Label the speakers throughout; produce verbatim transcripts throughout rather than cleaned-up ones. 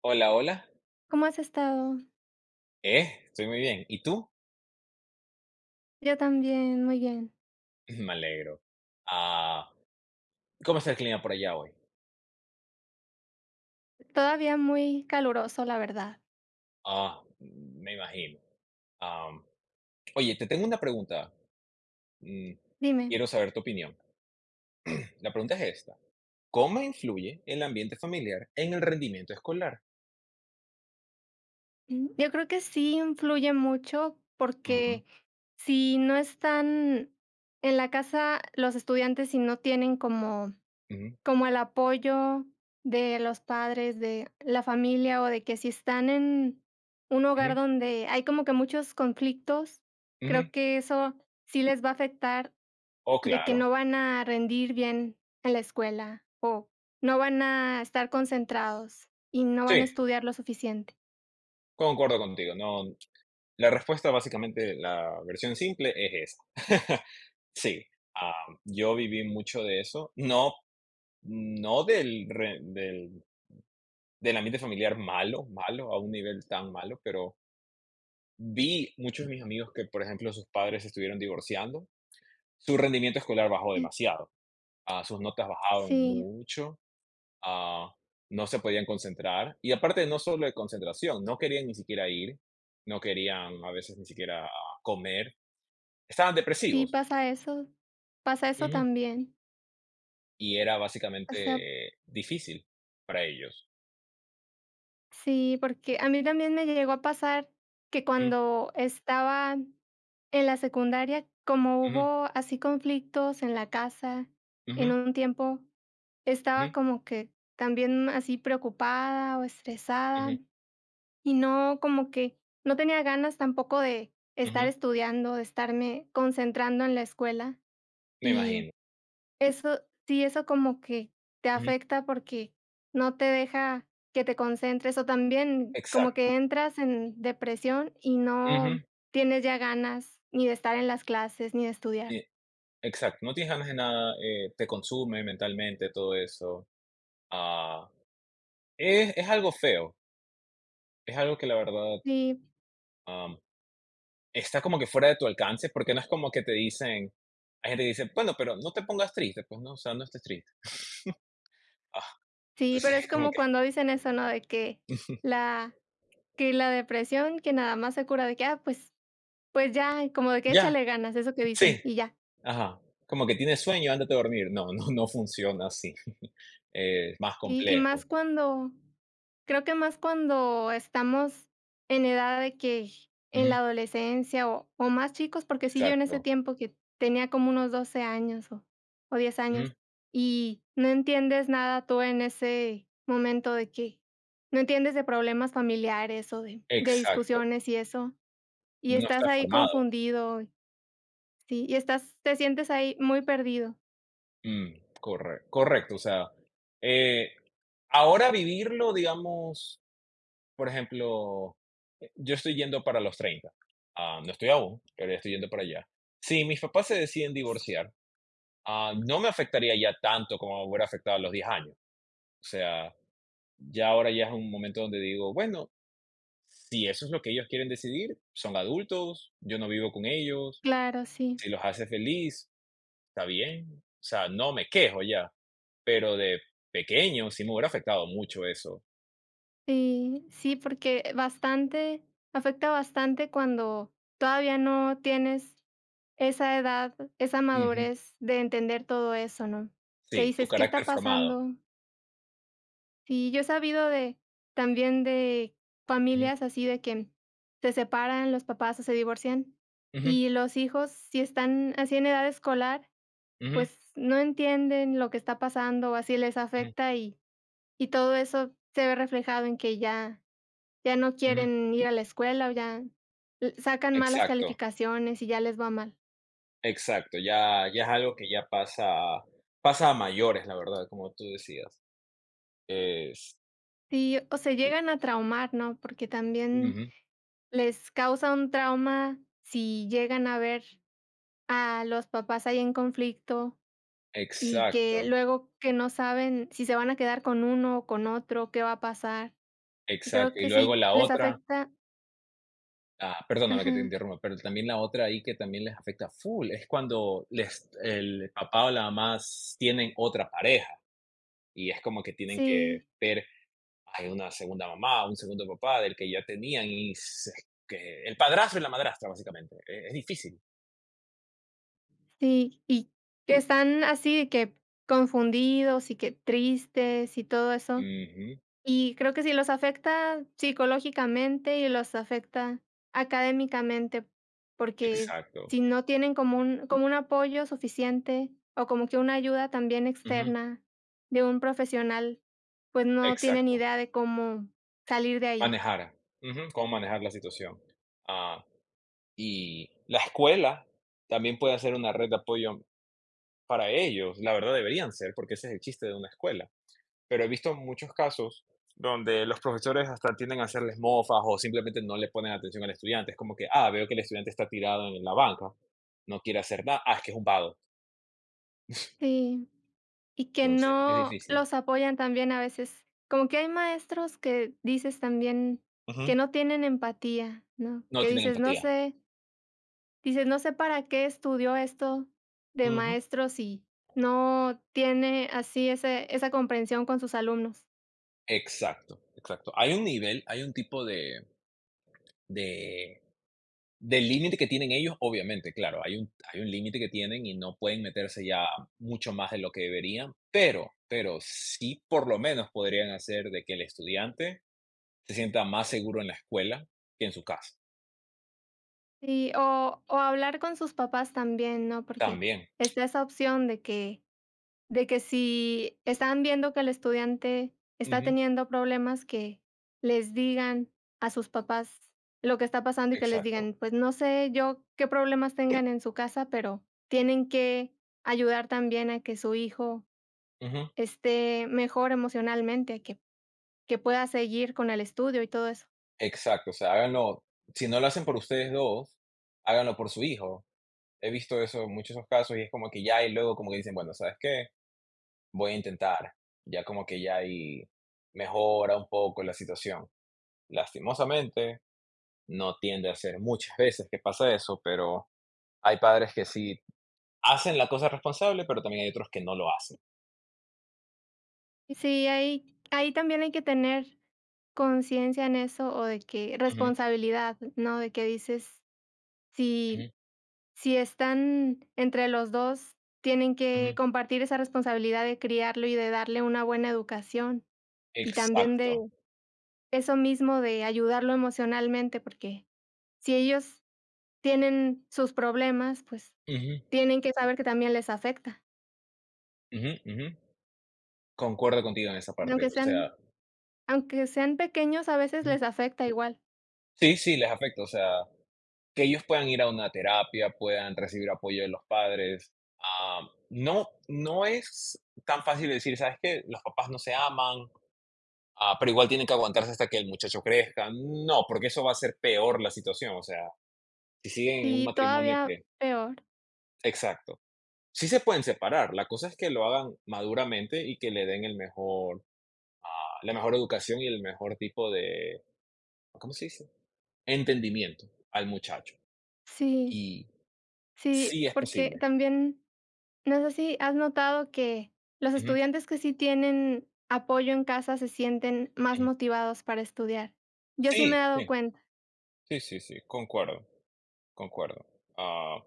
Speaker 1: Hola, hola.
Speaker 2: ¿Cómo has estado?
Speaker 1: Eh, estoy muy bien. ¿Y tú?
Speaker 2: Yo también, muy bien.
Speaker 1: Me alegro. Ah, ¿Cómo está el clima por allá hoy?
Speaker 2: Todavía muy caluroso, la verdad.
Speaker 1: Ah, me imagino. Am, Oye, te tengo una pregunta. Mm,
Speaker 2: Dime,
Speaker 1: Quiero saber tu opinión. La pregunta es esta. ¿Cómo influye el ambiente familiar en el rendimiento escolar?
Speaker 2: mm, yo creo que sí influye mucho
Speaker 1: Ujú,
Speaker 2: porque si no están en la casa los estudiantes, y no tienen como
Speaker 1: ujú,
Speaker 2: como el apoyo de los padres, de la familia o de que si están en un hogar
Speaker 1: ujú,
Speaker 2: donde hay como que muchos conflictos,
Speaker 1: ujú.
Speaker 2: creo que eso sí les va a afectar.
Speaker 1: Oh,
Speaker 2: De que
Speaker 1: claro.
Speaker 2: no van a rendir bien en la escuela, o no van a estar concentrados y no van a
Speaker 1: Sí,
Speaker 2: estudiar lo suficiente.
Speaker 1: concuerdo contigo. No, la respuesta básicamente, la versión simple es esa. Sí, ah, yo viví mucho de eso. No, no del re del del ambiente familiar malo, malo, a un nivel tan malo, pero vi muchos de mis amigos que, por ejemplo, sus padres se estuvieron divorciando. Su rendimiento escolar bajó
Speaker 2: Sí,
Speaker 1: demasiado, ah, sus notas bajaron
Speaker 2: Sí,
Speaker 1: mucho, ah, no se podían concentrar. Y aparte, no solo de concentración, no querían ni siquiera ir, no querían a veces ni siquiera ah, comer, estaban
Speaker 2: sí
Speaker 1: depresivos.
Speaker 2: pasa eso, pasa eso
Speaker 1: Ujú.
Speaker 2: también.
Speaker 1: Y era
Speaker 2: O sea,
Speaker 1: básicamente difícil para ellos.
Speaker 2: sí, porque a mí también me llegó a pasar que
Speaker 1: Ujú,
Speaker 2: cuando estaba en la secundaria, como
Speaker 1: ujú,
Speaker 2: hubo así conflictos en la casa
Speaker 1: ujú,
Speaker 2: en un tiempo,
Speaker 1: ujú,
Speaker 2: estaba como que también así preocupada o estresada.
Speaker 1: ujú,
Speaker 2: Y no, como que no tenía ganas tampoco de estar
Speaker 1: ujú.
Speaker 2: estudiando, de estarme concentrando en la escuela.
Speaker 1: Me
Speaker 2: Y
Speaker 1: imagino.
Speaker 2: eso, sí, eso como que te
Speaker 1: Ujú,
Speaker 2: afecta porque no te deja que te concentres o también como
Speaker 1: exacto.
Speaker 2: que entras en depresión y no
Speaker 1: Ujú,
Speaker 2: tienes ya ganas ni de estar en las clases ni de estudiar.
Speaker 1: y exacto, no tienes ganas de nada, eh, te consume mentalmente todo eso. Ah, es es algo feo, es algo que la verdad,
Speaker 2: Sí,
Speaker 1: am, está como que fuera de tu alcance, porque no es como que te dicen hay gente que dice: "Bueno, pero no te pongas triste", pues no, o sea, no estés triste. Ah,
Speaker 2: sí, pero
Speaker 1: entonces
Speaker 2: es
Speaker 1: como
Speaker 2: como
Speaker 1: que
Speaker 2: cuando dicen eso, ¿no? De que la, que la depresión que nada más se cura de que, ah, pues pues ya, como de que
Speaker 1: ya,
Speaker 2: échale ganas, eso que dicen,
Speaker 1: sí,
Speaker 2: y ya.
Speaker 1: ajá, como que tienes sueño, ándate a dormir. No, no, no funciona así, es más
Speaker 2: Y y más
Speaker 1: complejo.
Speaker 2: cuando creo que más cuando estamos en edad de que en
Speaker 1: Ujú,
Speaker 2: la adolescencia o o más chicos, porque sí, yo en ese
Speaker 1: exacto,
Speaker 2: tiempo que tenía como unos doce años o o diez
Speaker 1: ujú,
Speaker 2: años, y no entiendes nada tú en ese momento de que no entiendes de problemas familiares o de de
Speaker 1: exacto.
Speaker 2: discusiones y eso, y
Speaker 1: No
Speaker 2: estás
Speaker 1: está
Speaker 2: ahí
Speaker 1: formado.
Speaker 2: confundido, sí, y estás te sientes ahí muy perdido.
Speaker 1: Mm, corre correcto, o sea, eh, ahora vivirlo, digamos, por ejemplo, eh, yo estoy yendo para los treinta, ah, no estoy aún, pero ya estoy yendo para allá. Si mis papás se deciden divorciar, ah, no me afectaría ya tanto como me hubiera afectado a los diez años. O sea, ya ahora ya es un momento donde digo, bueno, si eso es lo que ellos quieren decidir, son adultos, yo no vivo con ellos,
Speaker 2: Claro, sí.
Speaker 1: si los hace feliz, está bien, o sea, no me quejo ya. Pero de pequeño sí me hubiera afectado mucho eso.
Speaker 2: Sí, sí, porque bastante afecta bastante cuando todavía no tienes esa edad, esa
Speaker 1: Ujú.
Speaker 2: madurez de entender todo eso, ¿no? Que
Speaker 1: Sí, tu
Speaker 2: dices: "¿Qué está
Speaker 1: carácter formado.
Speaker 2: pasando?". Sí, yo he sabido de también de
Speaker 1: Ujú,
Speaker 2: familias así de que se separan los papás o se divorcian,
Speaker 1: ujú,
Speaker 2: y los hijos, si están así en edad escolar,
Speaker 1: ujú,
Speaker 2: pues, no entienden lo que está pasando, o así les
Speaker 1: ujú,
Speaker 2: afecta, y y todo eso se ve reflejado en que ya ya no
Speaker 1: ujú.
Speaker 2: quieren ir a la escuela o ya l sacan malas
Speaker 1: Exacto,
Speaker 2: calificaciones y ya les va mal.
Speaker 1: exacto. Ya ya es algo que ya pasa pasa a mayores, la verdad, como tú decías. Es
Speaker 2: Sí, o se llegan a traumar, ¿no? Porque también
Speaker 1: Ujú,
Speaker 2: les causa un trauma si llegan a ver a los papás ahí en conflicto y que
Speaker 1: exacto,
Speaker 2: luego que no saben si se van a quedar con uno o con otro, qué va a pasar. Y creo
Speaker 1: exacto. Y
Speaker 2: que
Speaker 1: luego
Speaker 2: sí
Speaker 1: la
Speaker 2: les
Speaker 1: otra,
Speaker 2: afecta,
Speaker 1: ah, perdóname que te
Speaker 2: ajá,
Speaker 1: interrumpa, pero también la otra ahí que también les afecta full, es cuando les el papá o la mamá s tienen otra pareja, y es como que tienen que
Speaker 2: sí,
Speaker 1: ver hay una segunda mamá, un segundo papá del que ya tenían y se- que el padrastro y la madrastra, básicamente. E- Es difícil.
Speaker 2: sí, y que están así de que confundidos y que tristes y todo eso.
Speaker 1: Ujú,
Speaker 2: Y creo que sí los afecta psicológicamente y los afecta académicamente, porque
Speaker 1: exacto.
Speaker 2: si no tienen como un como un apoyo suficiente o como que una ayuda también
Speaker 1: Ujú,
Speaker 2: externa de un profesional, pues no tienen
Speaker 1: exacto.
Speaker 2: idea de cómo salir de ahí.
Speaker 1: Manejar. Ujú, cómo manejar la situación. Ah, y la escuela también puede ser una red de apoyo para ellos. La verdad deberían ser, porque ese es el chiste de una escuela. Pero he visto muchos casos donde los profesores hasta tienden a hacerles mofas o simplemente no le ponen atención al estudiante. Es como que, ah, veo que el estudiante está tirado en la banca, no quiere hacer nada, ah, es que es un vago.
Speaker 2: Sí, y que
Speaker 1: Entonces, es
Speaker 2: no
Speaker 1: difícil.
Speaker 2: los apoyan también a veces. Como que hay maestros que dices también que
Speaker 1: Ujú,
Speaker 2: no tienen empatía, ¿no?
Speaker 1: no
Speaker 2: Que
Speaker 1: tienen
Speaker 2: dices, no
Speaker 1: empatía.
Speaker 2: sé. Dices: "No sé para qué estudió esto de
Speaker 1: Ujú.
Speaker 2: maestro si no tiene así ese esa comprensión con sus alumnos".
Speaker 1: Exacto, exacto. Hay un nivel, hay un tipo de, de, de límite que tienen ellos, obviamente, claro, hay un, hay un límite que tienen y no pueden meterse ya mucho más de lo que deberían, pero, pero sí por lo menos podrían hacer de que el estudiante se sienta más seguro en la escuela que en su casa.
Speaker 2: Y o o hablar con sus papás también, ¿no? Porque
Speaker 1: También.
Speaker 2: está esa opción de que de que si están viendo que el estudiante está
Speaker 1: Ujú,
Speaker 2: teniendo problemas, que les digan a sus papás lo que está pasando y que les
Speaker 1: exacto.
Speaker 2: digan: "Pues no sé yo qué problemas tengan en su casa, pero tienen que ayudar también a que su hijo
Speaker 1: Ujú,
Speaker 2: esté mejor emocionalmente, que que pueda seguir con el estudio y todo eso".
Speaker 1: exacto. O sea, háganlo, si no lo hacen por ustedes dos háganlo por su hijo. He visto eso, muchos esos casos, y es como que ya, y luego como que dicen, bueno, ¿sabes qué? Voy a intentar. Ya como que ya ahí mejora un poco la situación. Lastimosamente, no tiende a ser muchas veces que pasa eso, pero hay padres que sí hacen la cosa responsable, pero también hay otros que no lo hacen.
Speaker 2: Sí, ahí ahí también hay que tener conciencia en eso, o de que
Speaker 1: Ujú,
Speaker 2: responsabilidad, ¿no? De que dices, si
Speaker 1: ujú,
Speaker 2: si están entre los dos tienen que
Speaker 1: ujú.
Speaker 2: compartir esa responsabilidad de criarlo y de darle una buena educación, y también
Speaker 1: Exacto.
Speaker 2: de eso mismo de ayudarlo emocionalmente, porque si ellos tienen sus problemas, pues
Speaker 1: Ujú,
Speaker 2: tienen que saber que también les afecta.
Speaker 1: ujú, ujú. Concuerdo contigo en esa parte,
Speaker 2: Aunque
Speaker 1: o sea,
Speaker 2: sean Aunque sean pequeños, a veces
Speaker 1: ujú.
Speaker 2: les afecta igual.
Speaker 1: Sí, sí, les afecta, o sea, que ellos puedan ir a una terapia, puedan recibir apoyo de los padres. Ah, no, no es tan fácil decir, ¿sabes qué? Los papás no se aman, ah, pero igual tienen que aguantarse hasta que el muchacho crezca. No, porque eso va a hacer peor la situación, o sea, si siguen en un
Speaker 2: Sí,
Speaker 1: matrimonio
Speaker 2: todavía
Speaker 1: que...
Speaker 2: peor.
Speaker 1: Exacto. Sí se pueden separar, la cosa es que lo hagan maduramente y que le den el mejor, ah, la mejor educación y el mejor tipo de, ¿cómo se dice? Entendimiento al muchacho.
Speaker 2: Sí,
Speaker 1: Y
Speaker 2: sí,
Speaker 1: sí es
Speaker 2: porque
Speaker 1: posible.
Speaker 2: también, no sé si has notado que los
Speaker 1: Ujú,
Speaker 2: estudiantes que sí tienen apoyo en casa se sienten más
Speaker 1: ujú.
Speaker 2: motivados para estudiar. Yo sí me
Speaker 1: Sí,
Speaker 2: he dado
Speaker 1: sí,
Speaker 2: cuenta,
Speaker 1: sí, sí, sí, concuerdo, concuerdo. Ah,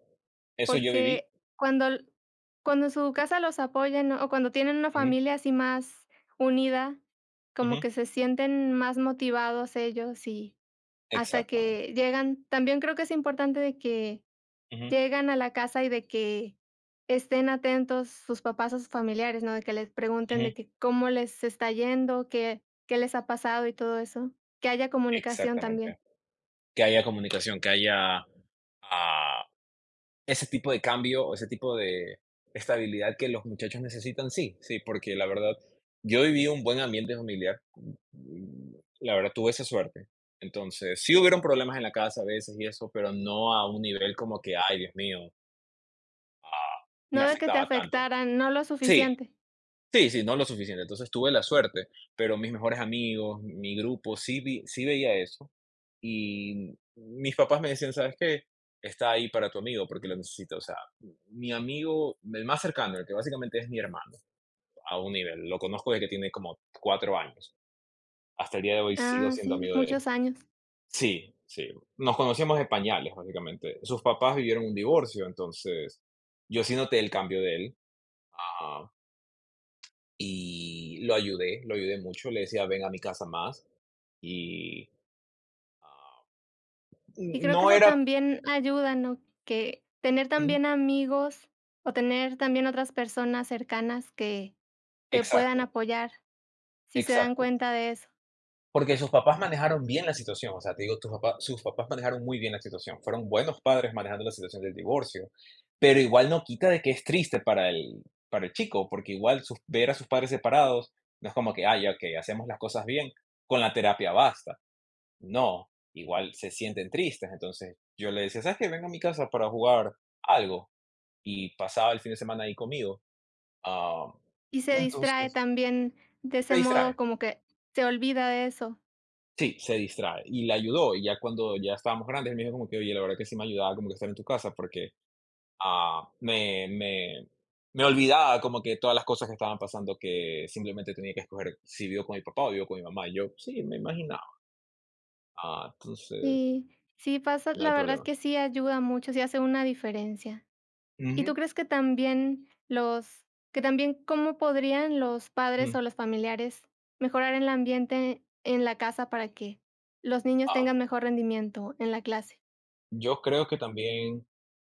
Speaker 1: Eso yo viví.
Speaker 2: porque cuando l cuando en su casa los apoyan o cuando tienen una
Speaker 1: Ujú,
Speaker 2: familia así más unida, como
Speaker 1: ujú,
Speaker 2: que se sienten más motivados ellos. Y hasta
Speaker 1: exactamente.
Speaker 2: que llegan también creo que es importante de que
Speaker 1: Ujú,
Speaker 2: llegan a la casa y de que estén atentos sus papás o sus familiares, ¿no? De que les pregunten
Speaker 1: ujú,
Speaker 2: de que cómo les está yendo, qué qué les ha pasado y todo eso, que haya comunicación
Speaker 1: exactamente.
Speaker 2: también.
Speaker 1: Que haya comunicación, que haya, ah ese tipo de cambio o ese tipo de estabilidad que los muchachos necesitan, sí, sí, porque la verdad, yo viví un buen ambiente familiar, mm, la verdad tuve esa suerte. Entonces, sí hubieron problemas en la casa a veces y eso, pero no a un nivel como que, ay, Dios mío, ah, me
Speaker 2: No de que te
Speaker 1: afectaba tanto.
Speaker 2: afectaran, no lo
Speaker 1: Sí,
Speaker 2: suficiente.
Speaker 1: sí, sí, no lo suficiente. Entonces tuve la suerte, pero mis mejores amigos, mi grupo, sí, vi- sí veía eso. Y mis papás me decían: "¿Sabes qué? Está ahí para tu amigo porque lo necesita". O sea, mi amigo, el más cercano, el que básicamente es mi hermano, a un nivel. Lo conozco desde que tiene como cuatro años. Hasta el día de hoy sigo
Speaker 2: Ah,
Speaker 1: siendo
Speaker 2: sí,
Speaker 1: amigo de
Speaker 2: muchos
Speaker 1: él.
Speaker 2: años.
Speaker 1: Sí, sí. Nos conocíamos de pañales, básicamente. Sus papás vivieron un divorcio, entonces yo sí noté el cambio de él, ah, y lo ayudé, lo ayudé mucho. Le decía: "Ven a mi casa más", y, ah,
Speaker 2: Y creo que
Speaker 1: no
Speaker 2: eso
Speaker 1: era.
Speaker 2: también ayuda, ¿no? Que tener
Speaker 1: Ujú,
Speaker 2: también amigos o tener también otras personas cercanas que te puedan
Speaker 1: exacto,
Speaker 2: apoyar si se dan
Speaker 1: exacto.
Speaker 2: cuenta de eso.
Speaker 1: Porque sus papás manejaron bien la situación, o sea, te digo, tus papás sus papás manejaron muy bien la situación, fueron buenos padres manejando la situación del divorcio, pero igual no quita de que es triste para el para el chico, porque igual sus ver a sus padres separados no es como que: "Ah, ya, okey, hacemos las cosas bien, con la terapia basta". No, igual se sienten tristes. Entonces, yo le decía: "¿Sabes qué? Ven a mi casa para jugar algo", y pasaba el fin de semana ahí conmigo. Ah,
Speaker 2: Y se distrae
Speaker 1: entonces,
Speaker 2: también de
Speaker 1: te
Speaker 2: ese modo,
Speaker 1: distrae.
Speaker 2: como que se olvida de eso.
Speaker 1: Sí, se distrae y le ayudó, y ya cuando ya estábamos grandes, él me dijo como que: "Oye, la verdad que sí me ayudaba como que estar en tu casa porque, ah, me me me olvidaba como que todas las cosas que estaban pasando que simplemente tenía que escoger si vivo con mi papá o vivo con mi mamá". Y yo: "Sí, me imaginaba". Ah, entonces,
Speaker 2: Y sí pasa,
Speaker 1: no
Speaker 2: la
Speaker 1: hay
Speaker 2: verdad es
Speaker 1: problema.
Speaker 2: que sí ayuda mucho, sí hace una diferencia. ¿Y tú
Speaker 1: Ujú,
Speaker 2: crees que también los que también cómo podrían los padres
Speaker 1: mm.
Speaker 2: o los familiares mejorar el ambiente en la casa para que los niños
Speaker 1: Ah,
Speaker 2: tengan
Speaker 1: okey.
Speaker 2: mejor rendimiento en la clase?
Speaker 1: Yo creo que también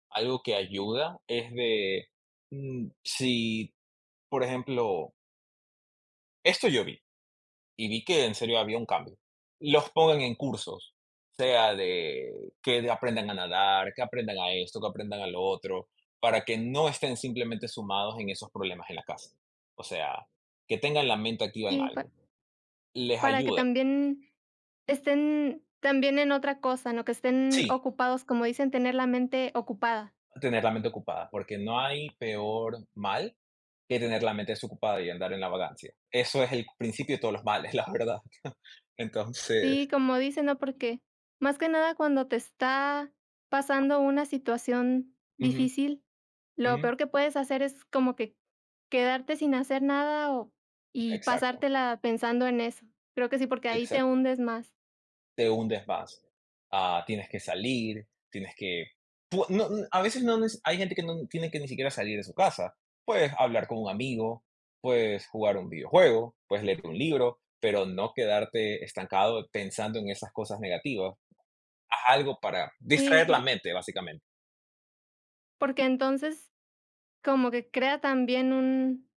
Speaker 1: algo que ayuda es de, mm, si, por ejemplo, esto yo vi, y vi que en serio había un cambio. Los pongan en cursos, sea de que de aprendan a nadar, que aprendan a esto, que aprendan a lo otro, para que no estén simplemente sumados en esos problemas en la casa. O sea, que tengan la mente activa en
Speaker 2: Sí, pa
Speaker 1: algo. Les
Speaker 2: para que
Speaker 1: ayuda,
Speaker 2: también estén también en otra cosa, ¿no? Que estén
Speaker 1: sí,
Speaker 2: ocupados, como dicen, tener la mente ocupada.
Speaker 1: a tener la mente ocupada, porque no hay peor mal que tener la mente desocupada y andar en la vagancia. Eso es el principio de todos los males, la verdad.
Speaker 2: Sí,
Speaker 1: Entonces,
Speaker 2: como dicen, ¿no? Porque más que nada cuando te está pasando una situación
Speaker 1: ujú,
Speaker 2: difícil, lo
Speaker 1: ujú,
Speaker 2: peor que puedes hacer es como que quedarte sin hacer nada o y
Speaker 1: exacto,
Speaker 2: pasártela pensando en eso. Creo que sí, porque ahí te
Speaker 1: exacto.
Speaker 2: hundes más.
Speaker 1: Te hundes más. Ah, tienes que salir, tienes que... pu- no- n- A veces no, neces- hay gente que no tiene que ni siquiera salir de su casa. Puedes hablar con un amigo, puedes jugar un videojuego, puedes leer un libro, pero no quedarte estancado pensando en esas cosas negativas. Haz algo para
Speaker 2: Sí,
Speaker 1: distraer la
Speaker 2: por-
Speaker 1: mente, básicamente,
Speaker 2: porque entonces como que crea también un,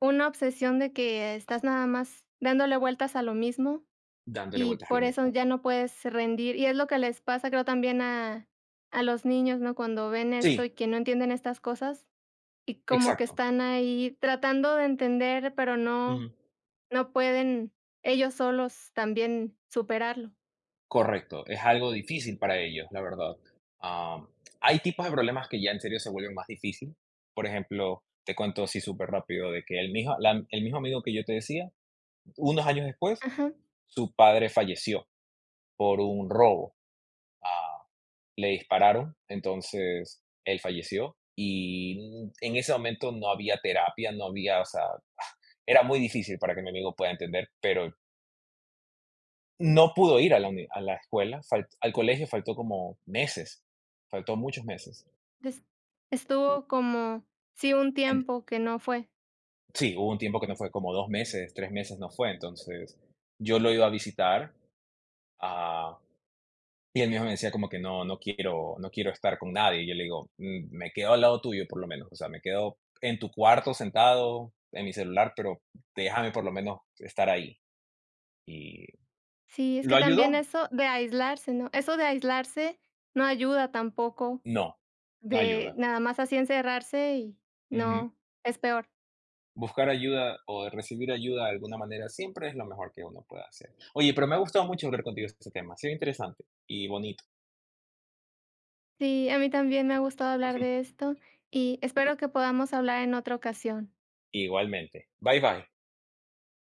Speaker 2: una obsesión de que estás nada más dándole vueltas a lo mismo.
Speaker 1: dándole
Speaker 2: Y
Speaker 1: vueltas a lo
Speaker 2: por eso
Speaker 1: mismo.
Speaker 2: ya no puedes rendir. Y es lo que les pasa, creo, también a a los niños, ¿no? Cuando ven esto
Speaker 1: Sí,
Speaker 2: y que no entienden estas cosas, y como que
Speaker 1: exacto.
Speaker 2: están ahí tratando de entender, pero no
Speaker 1: Ujú.
Speaker 2: no pueden ellos solos también superarlo.
Speaker 1: Correcto, es algo difícil para ellos, la verdad. Am, Hay tipos de problemas que ya en serio se vuelven más difícil. Por ejemplo, te cuento así súper rápido de que el mismo, la- el mismo amigo que yo te decía, unos años después,
Speaker 2: Ajá.
Speaker 1: su padre falleció por un robo. Ah, Le dispararon, entonces él falleció y en ese momento no había terapia, no había, o sea, era muy difícil para que mi amigo pueda entender, pero no pudo ir a la uni, a la escuela, fal al colegio faltó como meses, faltó muchos meses.
Speaker 2: Es estuvo como, sí, un
Speaker 1: En
Speaker 2: tiempo que no fue.
Speaker 1: sí, hubo un tiempo que no fue, como dos meses, tres meses no fue, entonces, yo lo iba a visitar, ah, y él mismo me decía como que: "No, no quiero no quiero estar con nadie", y yo le digo: "Mm, me quedo al lado tuyo por lo menos, o sea, me quedo en tu cuarto sentado, en mi celular, pero déjame por lo menos estar ahí". Y,
Speaker 2: Sí, es
Speaker 1: ¿lo
Speaker 2: que también
Speaker 1: ayudó?
Speaker 2: eso de aislarse, ¿no? Eso de aislarse No ayuda tampoco,
Speaker 1: No, no
Speaker 2: de
Speaker 1: ayuda.
Speaker 2: nada más así encerrarse y no, es peor.
Speaker 1: Buscar ayuda o recibir ayuda de alguna manera siempre es lo mejor que uno puede hacer. Oye, pero me ha gustado mucho hablar contigo de este tema. Ha sido interesante y bonito.
Speaker 2: Sí, a mí también me ha gustado hablar de esto y espero que podamos hablar en otra ocasión.
Speaker 1: Igualmente. Bye bye.